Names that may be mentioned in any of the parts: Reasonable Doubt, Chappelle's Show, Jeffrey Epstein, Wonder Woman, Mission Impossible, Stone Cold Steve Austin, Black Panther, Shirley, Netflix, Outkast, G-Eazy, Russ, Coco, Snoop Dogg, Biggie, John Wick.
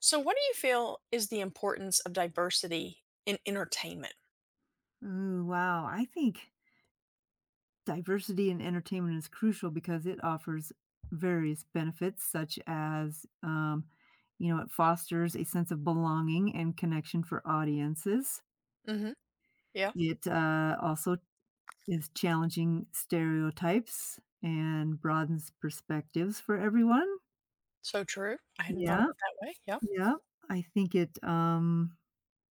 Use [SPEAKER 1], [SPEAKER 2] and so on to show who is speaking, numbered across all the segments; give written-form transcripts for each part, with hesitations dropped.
[SPEAKER 1] So, what do you feel is the importance of diversity in entertainment?
[SPEAKER 2] Ooh, wow. I think diversity in entertainment is crucial because it offers various benefits, such as, you know, it fosters a sense of belonging and connection for audiences.
[SPEAKER 1] hmm Yeah,
[SPEAKER 2] It also is challenging stereotypes and broadens perspectives for everyone.
[SPEAKER 1] so true. I hadn't thought of
[SPEAKER 2] Yeah,
[SPEAKER 1] it that way. Yeah,
[SPEAKER 2] yeah. I think it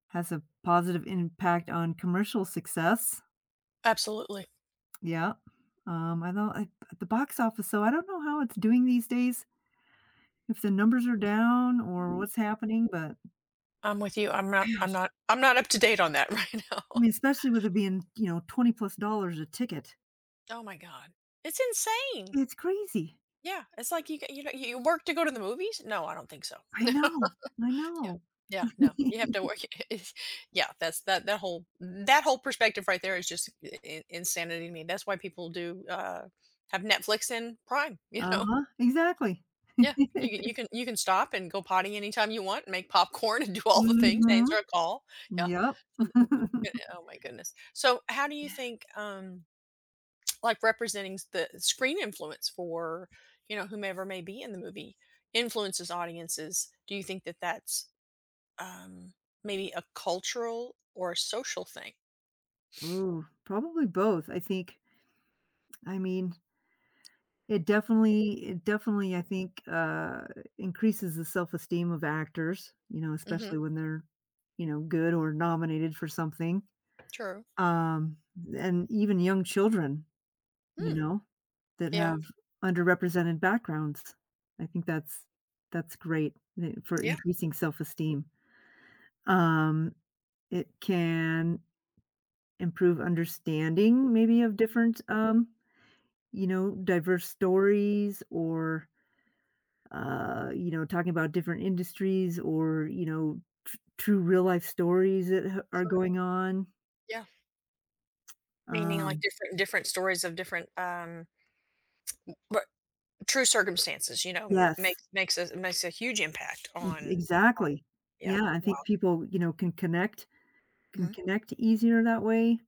[SPEAKER 2] has a positive impact on commercial success.
[SPEAKER 1] absolutely.
[SPEAKER 2] Yeah. I know at the box office, so I don't know how it's doing these days, if the numbers are down or
[SPEAKER 1] Mm.
[SPEAKER 2] what's happening, but
[SPEAKER 1] I'm with you. I'm not. I'm
[SPEAKER 2] gosh,
[SPEAKER 1] not. I'm not. Up to date on that right
[SPEAKER 2] I
[SPEAKER 1] now.
[SPEAKER 2] mean, especially with it being, you know, 20 plus dollars a ticket.
[SPEAKER 1] Oh my god, it's insane.
[SPEAKER 2] It's crazy.
[SPEAKER 1] Yeah, it's like you know you work to go to the movies. No, I don't think so.
[SPEAKER 2] I
[SPEAKER 1] No.
[SPEAKER 2] know. I
[SPEAKER 1] Yeah.
[SPEAKER 2] know.
[SPEAKER 1] Yeah, no, you have to work. it's- yeah, that's that whole perspective right there is just insanity to me. That's why people do have Netflix and Prime.
[SPEAKER 2] Uh-huh. Exactly.
[SPEAKER 1] Yeah, you can stop and go potty anytime you want, make popcorn and do all the things, answer
[SPEAKER 2] Mhm.
[SPEAKER 1] a call. Yeah.
[SPEAKER 2] Yep.
[SPEAKER 1] Good- Oh my goodness. So, how do you think, like representing the screen influence for, you know, whomever may be in the movie influences audiences? Do you think that that's um, maybe a cultural or a social thing?
[SPEAKER 2] Ooh, probably both, I think. I mean, it definitely, I think, increases the self-esteem of actors, you know,
[SPEAKER 1] hmm
[SPEAKER 2] especially when they're, you know, good or nominated for something.
[SPEAKER 1] True.
[SPEAKER 2] Um, and even young children, you
[SPEAKER 1] Hmm.
[SPEAKER 2] know, that
[SPEAKER 1] Yeah.
[SPEAKER 2] have underrepresented backgrounds. I think that's great I for
[SPEAKER 1] Yeah.
[SPEAKER 2] increasing self-esteem. Um, it can improve understanding maybe of different, you know, diverse stories or you know, talking about different industries or, you know, tr true real life stories that h are
[SPEAKER 1] True.
[SPEAKER 2] going on.
[SPEAKER 1] Yeah. Meaning like
[SPEAKER 2] Um
[SPEAKER 1] different stories of different true circumstances, you know, m
[SPEAKER 2] Yes,
[SPEAKER 1] makes a makes a huge impact
[SPEAKER 2] e
[SPEAKER 1] on,
[SPEAKER 2] exactly.
[SPEAKER 1] yeah,
[SPEAKER 2] Yeah, I
[SPEAKER 1] wow,
[SPEAKER 2] think people, you know, can connect can
[SPEAKER 1] mhm,
[SPEAKER 2] connect easier that way,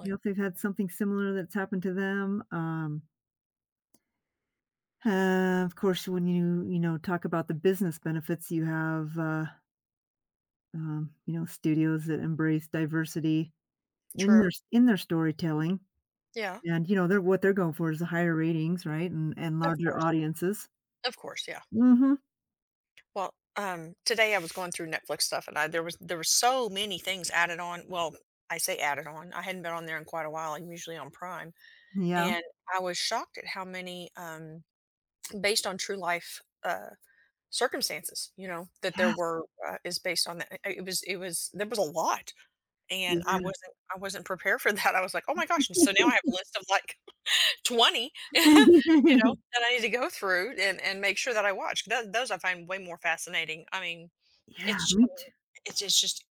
[SPEAKER 2] you know, if they've had something similar that's happened to them. Of course, when you know, talk about the business benefits, you have, you know, studios that embrace diversity in their
[SPEAKER 1] True,
[SPEAKER 2] in their storytelling.
[SPEAKER 1] yeah,
[SPEAKER 2] And, you know, they're what they're going for is the higher ratings, right, and
[SPEAKER 1] of
[SPEAKER 2] larger
[SPEAKER 1] course,
[SPEAKER 2] audiences.
[SPEAKER 1] of course, yeah.
[SPEAKER 2] Mhm.
[SPEAKER 1] Well, today I was going through Netflix stuff, and I there was there were so many things added on. Well, I say added on, I hadn't been on there in quite a while, I'm usually on Prime,
[SPEAKER 2] Yeah.
[SPEAKER 1] and I was shocked at how many, based on true life, circumstances, you know, that there
[SPEAKER 2] Yes.
[SPEAKER 1] were, is based on that, it was there was a lot. And
[SPEAKER 2] Yeah.
[SPEAKER 1] I wasn't prepared for that. I was like, "Oh my gosh," and so now I have a list of, like, 20, you know, that I need to go through and make sure that I watch. Those I find way more fascinating. I mean,
[SPEAKER 2] Yeah,
[SPEAKER 1] it's I
[SPEAKER 2] me
[SPEAKER 1] mean,
[SPEAKER 2] too
[SPEAKER 1] it's just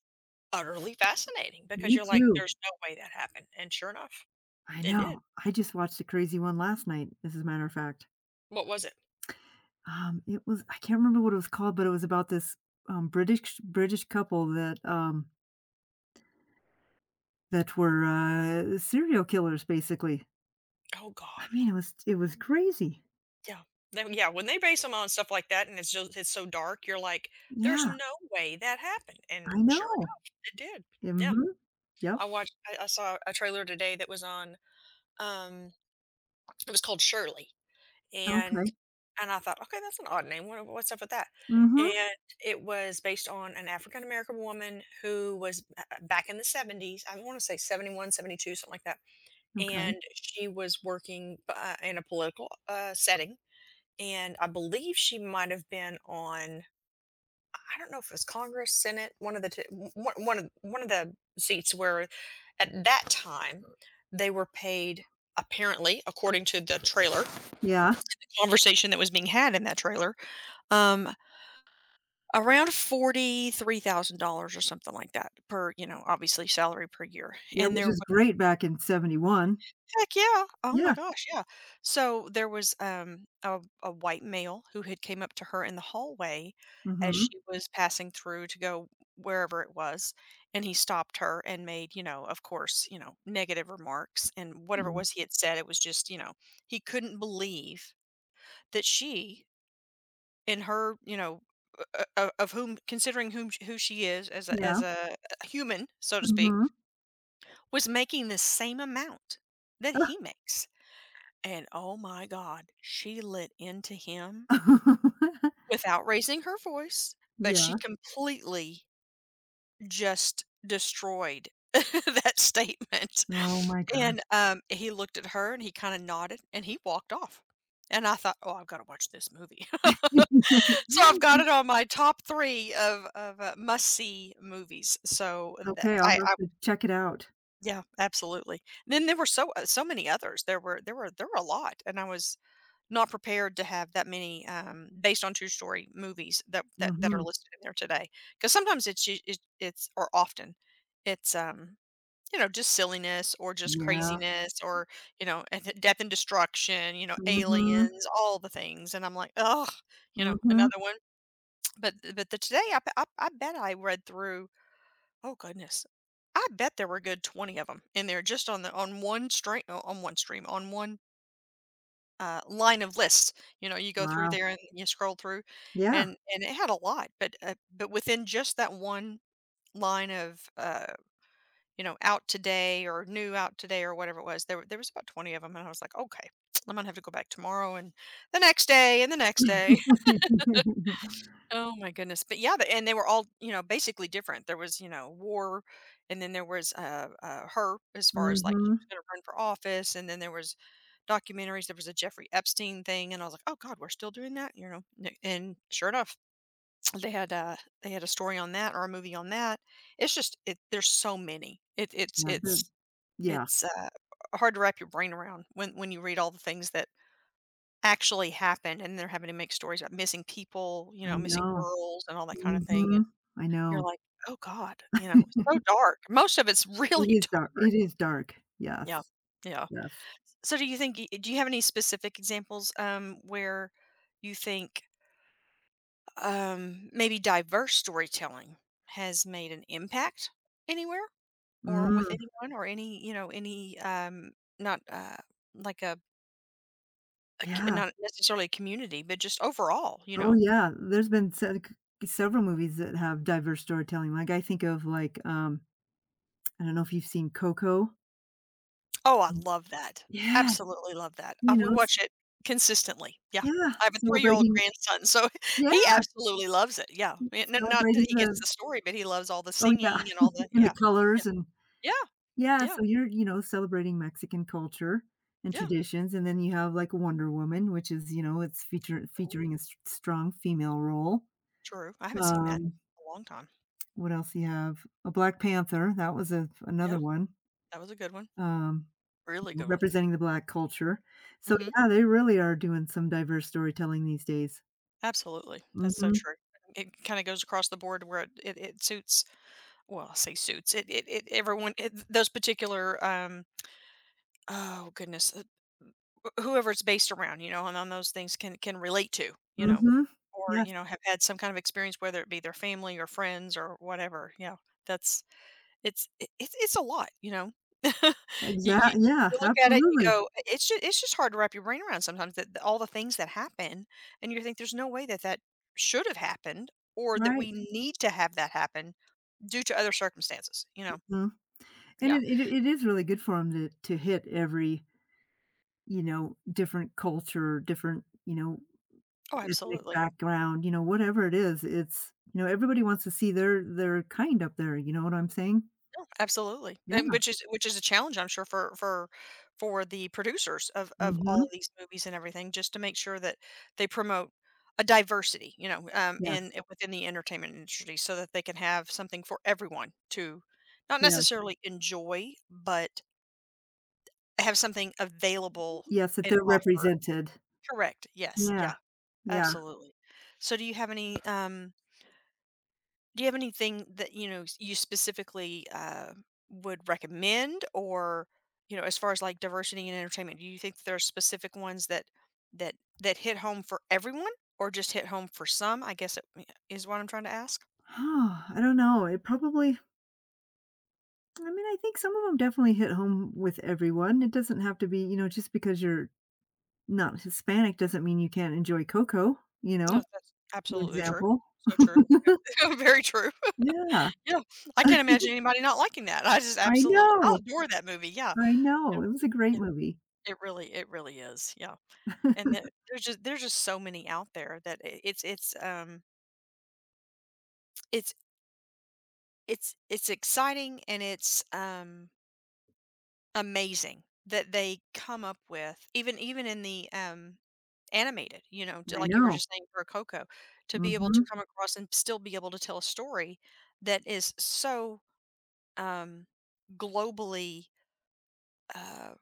[SPEAKER 1] utterly fascinating because
[SPEAKER 2] me
[SPEAKER 1] you're like,
[SPEAKER 2] too.
[SPEAKER 1] "There's no way that happened," and sure enough,
[SPEAKER 2] I
[SPEAKER 1] it did.
[SPEAKER 2] know. I just watched a crazy one last night, as a matter of fact.
[SPEAKER 1] What was it?
[SPEAKER 2] It was I can't remember what it was called, but it was about this, British couple that, that were, serial killers, basically.
[SPEAKER 1] Oh
[SPEAKER 2] I
[SPEAKER 1] god.
[SPEAKER 2] mean, it was crazy.
[SPEAKER 1] Yeah. Then yeah, when they base them on stuff like that and it's just it's so dark, you're like, "There's
[SPEAKER 2] Yeah,
[SPEAKER 1] no way that happened," and
[SPEAKER 2] I
[SPEAKER 1] sure
[SPEAKER 2] know.
[SPEAKER 1] enough, it did. Yeah.
[SPEAKER 2] Mhm. Yep.
[SPEAKER 1] I saw a trailer today that was on. Um, it was called Shirley, and
[SPEAKER 2] Okay.
[SPEAKER 1] I thought, "Okay, that's an odd name. What's up with that?"
[SPEAKER 2] Mhm.
[SPEAKER 1] And it was based on an African American woman who was b back in the 70s, I wanna say 71, 72, something like that, and
[SPEAKER 2] Okay.
[SPEAKER 1] she was working, in a political, setting, and I believe she might have been on, I don't know if it was Congress, Senate, one of the two, one of the seats where, at that time, they were paid, apparently, according to the trailer
[SPEAKER 2] Yeah.
[SPEAKER 1] conversation that was being had in that trailer, um, around $43,000 or something like that per, you know, obviously salary per year.
[SPEAKER 2] Yeah,
[SPEAKER 1] And
[SPEAKER 2] which
[SPEAKER 1] there.
[SPEAKER 2] is great back in '71.
[SPEAKER 1] Heck yeah. Oh my
[SPEAKER 2] Yeah.
[SPEAKER 1] gosh, yeah. So there was, a white male who had came up to her in the hallway as she
[SPEAKER 2] Mhm.
[SPEAKER 1] was passing through to go wherever it was, and he stopped her and made, you know, of course, you know, negative remarks, and whatever it
[SPEAKER 2] Mm.
[SPEAKER 1] was he had said, it was just, you know, he couldn't believe that she, in her, you know, o o of whom, considering who she is as a
[SPEAKER 2] Yeah.
[SPEAKER 1] human, so to speak,
[SPEAKER 2] Mhm.
[SPEAKER 1] was making the same amount that he makes. And, oh my god, she lit into him without raising her voice, but she
[SPEAKER 2] Yeah.
[SPEAKER 1] completely just destroyed that statement.
[SPEAKER 2] Oh my
[SPEAKER 1] And,
[SPEAKER 2] gosh.
[SPEAKER 1] he looked at her and he kinda nodded and he walked off. And I thought, "Oh, I've gotta watch this movie." So I've got it on my top 3 of, must-see movies. So that
[SPEAKER 2] Okay, I'll have
[SPEAKER 1] I,
[SPEAKER 2] to check it out.
[SPEAKER 1] yeah, absolutely. Then there were so, so many others. There were there were a lot, and I was not prepared to have that many, based on true story movies that that are
[SPEAKER 2] Mhm.
[SPEAKER 1] listed in there today because sometimes it's, or often, it's, you know, just silliness or just
[SPEAKER 2] Yeah.
[SPEAKER 1] craziness or, you know, and th death and destruction, you know,
[SPEAKER 2] Mhm.
[SPEAKER 1] aliens, all the things, and I'm like, oh, you know,
[SPEAKER 2] Mhm.
[SPEAKER 1] another one. But the today, I bet I read through, oh goodness, I bet there were a good 20 of them in there just on the on one stream, on one line of lists. You know, you go through
[SPEAKER 2] Wow.
[SPEAKER 1] there and you scroll through,
[SPEAKER 2] Yeah.
[SPEAKER 1] and it had a lot, but within just that one line of you know, out today or new out today or whatever it was, there was about 20 of them, and I was like, okay, I'm gonna have to go back tomorrow and the next day and the next day. Oh my goodness. But yeah, the, and they were all, you know, basically different. There was, you know, war, and then there was her as far as like she was
[SPEAKER 2] Mhm.
[SPEAKER 1] going to run for office, and then there was documentaries. There was a Jeffrey Epstein thing, and I was like, "Oh God, we're still doing that," you know. And sure enough, they had uh they had a story on that or a movie on that. It's just there's so many.
[SPEAKER 2] Yeah, the
[SPEAKER 1] It's
[SPEAKER 2] yeah,
[SPEAKER 1] it's uh, hard to wrap your brain around when you read all the things that actually happened, and they're having to make stories about missing people, you know,
[SPEAKER 2] I
[SPEAKER 1] missing
[SPEAKER 2] know.
[SPEAKER 1] girls, and all that kind of thing. And
[SPEAKER 2] Mhm. I
[SPEAKER 1] you're
[SPEAKER 2] know.
[SPEAKER 1] like, "Oh God," you know, it's so dark. Most of it's really
[SPEAKER 2] It is dark
[SPEAKER 1] dark.
[SPEAKER 2] it is dark.
[SPEAKER 1] Yeah,
[SPEAKER 2] Yes.
[SPEAKER 1] yeah.
[SPEAKER 2] Yes.
[SPEAKER 1] So do you think y do you have any specific examples, where you think, maybe diverse storytelling has made an impact anywhere or with
[SPEAKER 2] Mm.
[SPEAKER 1] anyone or any, you know, any, not, like a c
[SPEAKER 2] Yeah.
[SPEAKER 1] not necessarily a community, but just overall, you
[SPEAKER 2] Oh,
[SPEAKER 1] know?
[SPEAKER 2] yeah, there's been se c several movies that have diverse storytelling, like, I think of, like, I don't know if you've seen Coco?
[SPEAKER 1] Oh, I
[SPEAKER 2] Mm.
[SPEAKER 1] love that.
[SPEAKER 2] Yeah,
[SPEAKER 1] Absolutely love that.
[SPEAKER 2] you
[SPEAKER 1] We
[SPEAKER 2] know,
[SPEAKER 1] watch
[SPEAKER 2] s
[SPEAKER 1] it consistently. Yeah.
[SPEAKER 2] yeah,
[SPEAKER 1] I have a three-year-old
[SPEAKER 2] celebrating
[SPEAKER 1] grandson, so he
[SPEAKER 2] yeah,
[SPEAKER 1] absolutely loves it. Yeah. I mean, n not that
[SPEAKER 2] celebrating
[SPEAKER 1] he gets
[SPEAKER 2] the
[SPEAKER 1] the story, but he loves all the
[SPEAKER 2] oh, yeah,
[SPEAKER 1] singing and all the,
[SPEAKER 2] and the
[SPEAKER 1] yeah. Yeah.
[SPEAKER 2] colors and
[SPEAKER 1] Yeah.
[SPEAKER 2] yeah,
[SPEAKER 1] Yeah.
[SPEAKER 2] so you're, you know, celebrating Mexican culture and
[SPEAKER 1] Yeah.
[SPEAKER 2] traditions, and then you have, like, Wonder Woman, which is, you know, it's feature
[SPEAKER 1] Ooh,
[SPEAKER 2] featuring a s strong female role.
[SPEAKER 1] true. I haven't seen that
[SPEAKER 2] Um,
[SPEAKER 1] in a long time.
[SPEAKER 2] what else you have? A Black Panther, that was a
[SPEAKER 1] Yeah.
[SPEAKER 2] another one,
[SPEAKER 1] That was a good one.
[SPEAKER 2] um
[SPEAKER 1] Really good one.
[SPEAKER 2] representing the Black culture. So,
[SPEAKER 1] Mhm.
[SPEAKER 2] yeah, they really are doing some diverse storytelling these days.
[SPEAKER 1] Absolutely. That's so
[SPEAKER 2] Mhm,
[SPEAKER 1] true. It kinda goes across the board where it suits, well, I say suits. It everyone it those particular, oh goodness, whoever it's based around, you know, and on those things can relate to, you know,
[SPEAKER 2] mhm.
[SPEAKER 1] or
[SPEAKER 2] Yes,
[SPEAKER 1] you know, have had some kind of experience, whether it be their family or friends or whatever. Yeah, that's it's a lot, you know. you, you
[SPEAKER 2] exactly. Yeah,
[SPEAKER 1] you look at it, you
[SPEAKER 2] absolutely.
[SPEAKER 1] go, it's just hard to wrap your brain around sometimes that all the things that happen, and you think there's no way that should have happened or that
[SPEAKER 2] Right,
[SPEAKER 1] we need to have that happen due to other circumstances, you know."
[SPEAKER 2] mhm. And
[SPEAKER 1] Yeah.
[SPEAKER 2] it is really good for them to hit every, you know, different culture, different, you know,
[SPEAKER 1] Oh,
[SPEAKER 2] ethnic
[SPEAKER 1] absolutely.
[SPEAKER 2] background, you know, whatever it is, it's you know, everybody wants to see their kind up there, you know what I'm saying?
[SPEAKER 1] Absolutely, and
[SPEAKER 2] Yeah,
[SPEAKER 1] which is a challenge, I'm sure, for for the producers of all of
[SPEAKER 2] mhm,
[SPEAKER 1] these movies and everything, just to make sure that they promote a diversity, you know, in
[SPEAKER 2] yes,
[SPEAKER 1] within the entertainment industry, so that they can have something for everyone to not
[SPEAKER 2] yeah,
[SPEAKER 1] necessarily enjoy, but have something available
[SPEAKER 2] yes, that
[SPEAKER 1] and
[SPEAKER 2] they're
[SPEAKER 1] offered.
[SPEAKER 2] represented.
[SPEAKER 1] Correct. Yes.
[SPEAKER 2] Yeah,
[SPEAKER 1] Yeah.
[SPEAKER 2] yeah.
[SPEAKER 1] Absolutely. So, do you have any do you have anything that, you know, you specifically would recommend or, you know, as far as like diversity and entertainment, do you think there are specific ones that that that hit home for everyone or just hit home for some? I guess it, yeah, is what I'm trying to ask.
[SPEAKER 2] Oh, I don't know. It probably I mean, I think some of them definitely hit home with everyone. It doesn't have to be, you know, just because you're not Hispanic doesn't mean you can't enjoy cocoa, you
[SPEAKER 1] No,
[SPEAKER 2] know,
[SPEAKER 1] that's
[SPEAKER 2] for
[SPEAKER 1] absolutely true.
[SPEAKER 2] example.
[SPEAKER 1] So true. Yeah. Very true.
[SPEAKER 2] Yeah.
[SPEAKER 1] Yeah. I can't imagine anybody not liking that. I just
[SPEAKER 2] I
[SPEAKER 1] absolutely I
[SPEAKER 2] know.
[SPEAKER 1] adore that movie. Yeah.
[SPEAKER 2] I
[SPEAKER 1] Yeah.
[SPEAKER 2] know. It was a great
[SPEAKER 1] Yeah.
[SPEAKER 2] movie.
[SPEAKER 1] It really is. Yeah. And the, there's just so many out there that it's it's exciting and it's, amazing that they come up with, even in the, animated, you know, to
[SPEAKER 2] I
[SPEAKER 1] like you were
[SPEAKER 2] know.
[SPEAKER 1] just saying for Coco, to be able to
[SPEAKER 2] Mhm.
[SPEAKER 1] come across and still be able to tell a story that is so, um, globally, uh,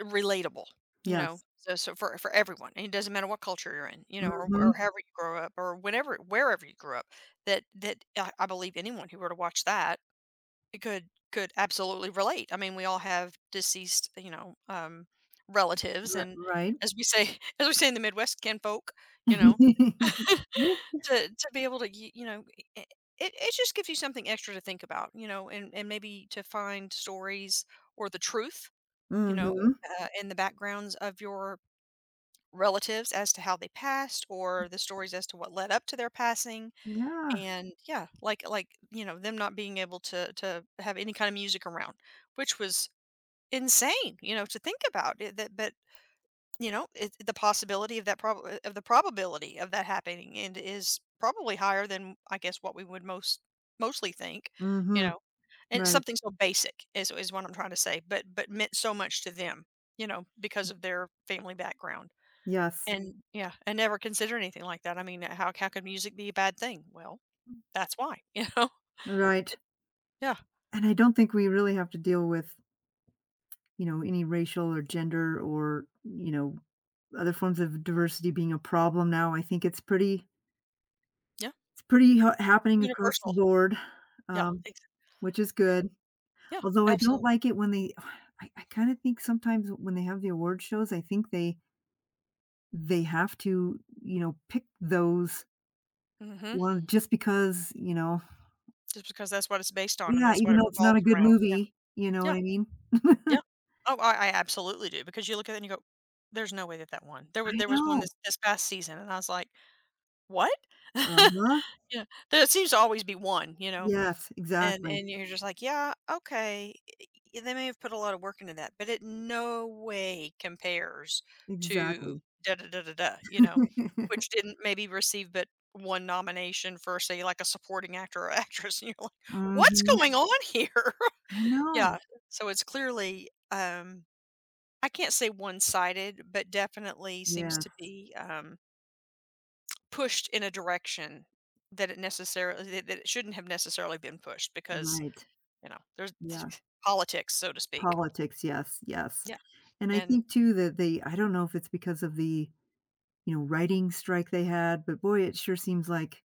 [SPEAKER 1] relatable, you know?
[SPEAKER 2] Yes.
[SPEAKER 1] So for everyone, and it doesn't matter what culture you're in, you know, or
[SPEAKER 2] Mhm.
[SPEAKER 1] however you grow up or whenever wherever you grew up, that I believe anyone who were to watch that could absolutely relate. I mean, we all have deceased, you know, relatives,
[SPEAKER 2] Ri
[SPEAKER 1] and
[SPEAKER 2] right.
[SPEAKER 1] as we say, as we say in the Midwest, kinfolk, you know, to be able to, you know, i- it just gives you something extra to think about, you know, and maybe to find stories or the truth, you know,
[SPEAKER 2] Mhm.
[SPEAKER 1] in the backgrounds of your relatives as to how they passed or the stories as to what led up to their passing.
[SPEAKER 2] Yeah.
[SPEAKER 1] And yeah, like, you know, them not being able to have any kind of music around, which was insane, you know, to think about it that but, you know, it, the possibility of that prob of the probability of that happening and is probably higher than I guess what we would mostly think, you
[SPEAKER 2] Mhm.
[SPEAKER 1] know. And
[SPEAKER 2] Right.
[SPEAKER 1] something so basic is what I'm trying to say, but meant so much to them, you know, because of their family background.
[SPEAKER 2] Yes.
[SPEAKER 1] And yeah, and never consider anything like that. I mean, how could music be a bad thing? Well, that's why, you know.
[SPEAKER 2] Right.
[SPEAKER 1] Yeah.
[SPEAKER 2] And I don't think we really have to deal with you know, any racial or gender or, you know, other forms of diversity being a problem now. I think it's pretty
[SPEAKER 1] Yeah.
[SPEAKER 2] it's pretty ha happening across the
[SPEAKER 1] Universal.
[SPEAKER 2] board,
[SPEAKER 1] Yeah,
[SPEAKER 2] um,
[SPEAKER 1] ex
[SPEAKER 2] which is
[SPEAKER 1] yeah,
[SPEAKER 2] good.
[SPEAKER 1] yeah,
[SPEAKER 2] Although I don't
[SPEAKER 1] absolutely.
[SPEAKER 2] like it when they I kinda think sometimes when they have the award shows, I think they have to, you know, pick those
[SPEAKER 1] Mhm.
[SPEAKER 2] one just because, you know,
[SPEAKER 1] Just because that's what it's based on and
[SPEAKER 2] yeah,
[SPEAKER 1] that's what
[SPEAKER 2] even
[SPEAKER 1] it
[SPEAKER 2] though it's not
[SPEAKER 1] revolves
[SPEAKER 2] a good
[SPEAKER 1] around.
[SPEAKER 2] movie, you know
[SPEAKER 1] Yeah.
[SPEAKER 2] what
[SPEAKER 1] Yeah,
[SPEAKER 2] I mean?
[SPEAKER 1] yeah. Oh, I absolutely do because you look at it and you go, "There's no way that that won." There were
[SPEAKER 2] I
[SPEAKER 1] there was one
[SPEAKER 2] know.
[SPEAKER 1] this past season, and I was like, "What?"
[SPEAKER 2] Uh-huh.
[SPEAKER 1] Yeah. There seems to always be one, you know?
[SPEAKER 2] Yes,
[SPEAKER 1] And
[SPEAKER 2] exactly.
[SPEAKER 1] and you're just like, "Yeah, okay, eh, eh, they may have put a lot of work into that, but it no way compares to
[SPEAKER 2] Exactly.
[SPEAKER 1] da da da da da," you know, which didn't maybe receive but 1 nomination for, say, like, a supporting actor or actress, and you're like, "What's
[SPEAKER 2] Mhm.
[SPEAKER 1] going on here?"
[SPEAKER 2] I
[SPEAKER 1] Yeah,
[SPEAKER 2] know.
[SPEAKER 1] so it's clearly, I can't say one-sided, but definitely seems to
[SPEAKER 2] Yes,
[SPEAKER 1] be, pushed in a direction that it shouldn't have necessarily been pushed because
[SPEAKER 2] right.
[SPEAKER 1] you know, there's
[SPEAKER 2] Yeah.
[SPEAKER 1] politics, so to speak.
[SPEAKER 2] Politics, yes, yes.
[SPEAKER 1] Yeah.
[SPEAKER 2] And I
[SPEAKER 1] And
[SPEAKER 2] think too that they I don't know if it's because of the, you know, writing strike they had, but boy, it sure seems like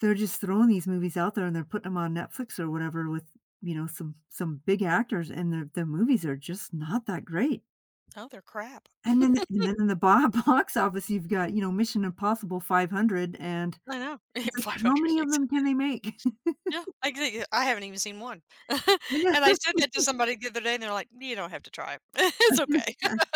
[SPEAKER 2] they're just throwing these movies out there and they're putting them on Netflix or whatever with, you know, some big actors and the movies are just not that great.
[SPEAKER 1] oh, they're crap.
[SPEAKER 2] And then in the bo box office, you've got, you know, Mission Impossible 500 and
[SPEAKER 1] I know.
[SPEAKER 2] it's like, how
[SPEAKER 1] 500.
[SPEAKER 2] many of
[SPEAKER 1] Exa
[SPEAKER 2] them can they make?
[SPEAKER 1] Yeah, I think yeah, I haven't even seen one.
[SPEAKER 2] I know.
[SPEAKER 1] And I said that to somebody the other day, and they're like, "You don't have to try it. It's okay."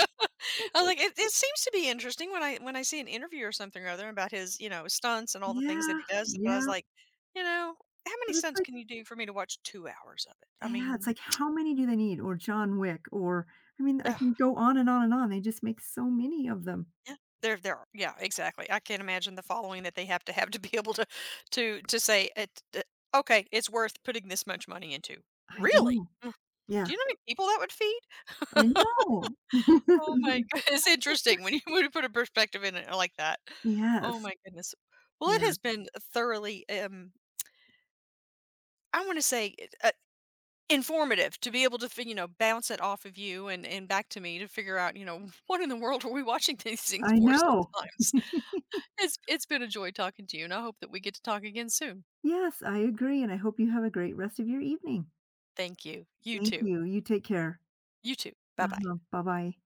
[SPEAKER 1] I was like, It seems to be interesting when I see an interview or something or other about his, you know, stunts and all the things that
[SPEAKER 2] Yeah,
[SPEAKER 1] he does." But I was
[SPEAKER 2] yeah.
[SPEAKER 1] like, "You know, how many
[SPEAKER 2] But it's
[SPEAKER 1] stunts
[SPEAKER 2] like
[SPEAKER 1] can you do for me to watch 2 hours of it?" I
[SPEAKER 2] yeah, it's
[SPEAKER 1] mean,
[SPEAKER 2] like, how many do they need? Or John Wick, or I mean, I can
[SPEAKER 1] ugh.
[SPEAKER 2] go on and on and on. They just make so many of them.
[SPEAKER 1] Yeah. There are yeah, exactly. I can't imagine the following that they have to be able to to say it uh, okay, it's worth putting this much money into.
[SPEAKER 2] I
[SPEAKER 1] Really?
[SPEAKER 2] know.
[SPEAKER 1] Mm. Do
[SPEAKER 2] Yeah,
[SPEAKER 1] you know how many people that would feed?
[SPEAKER 2] I know.
[SPEAKER 1] Oh my god, it's interesting when you put a perspective in it like that. Oh
[SPEAKER 2] Yes.
[SPEAKER 1] my goodness. Well, it
[SPEAKER 2] Yeah,
[SPEAKER 1] has been thoroughly, I want to say, uh, uh, informative to be able to, you know, bounce it off of you and back to me to figure out, you know, what in the world are we watching these things
[SPEAKER 2] I
[SPEAKER 1] for
[SPEAKER 2] know.
[SPEAKER 1] sometimes. It's been a joy talking to you, and I hope that we get to talk again soon.
[SPEAKER 2] Yes, I agree, and I hope you have a great rest of your evening.
[SPEAKER 1] Thank you. You
[SPEAKER 2] Thank
[SPEAKER 1] too.
[SPEAKER 2] you. You take care.
[SPEAKER 1] You too. Bye bye.
[SPEAKER 2] Uh-huh. Bye-bye.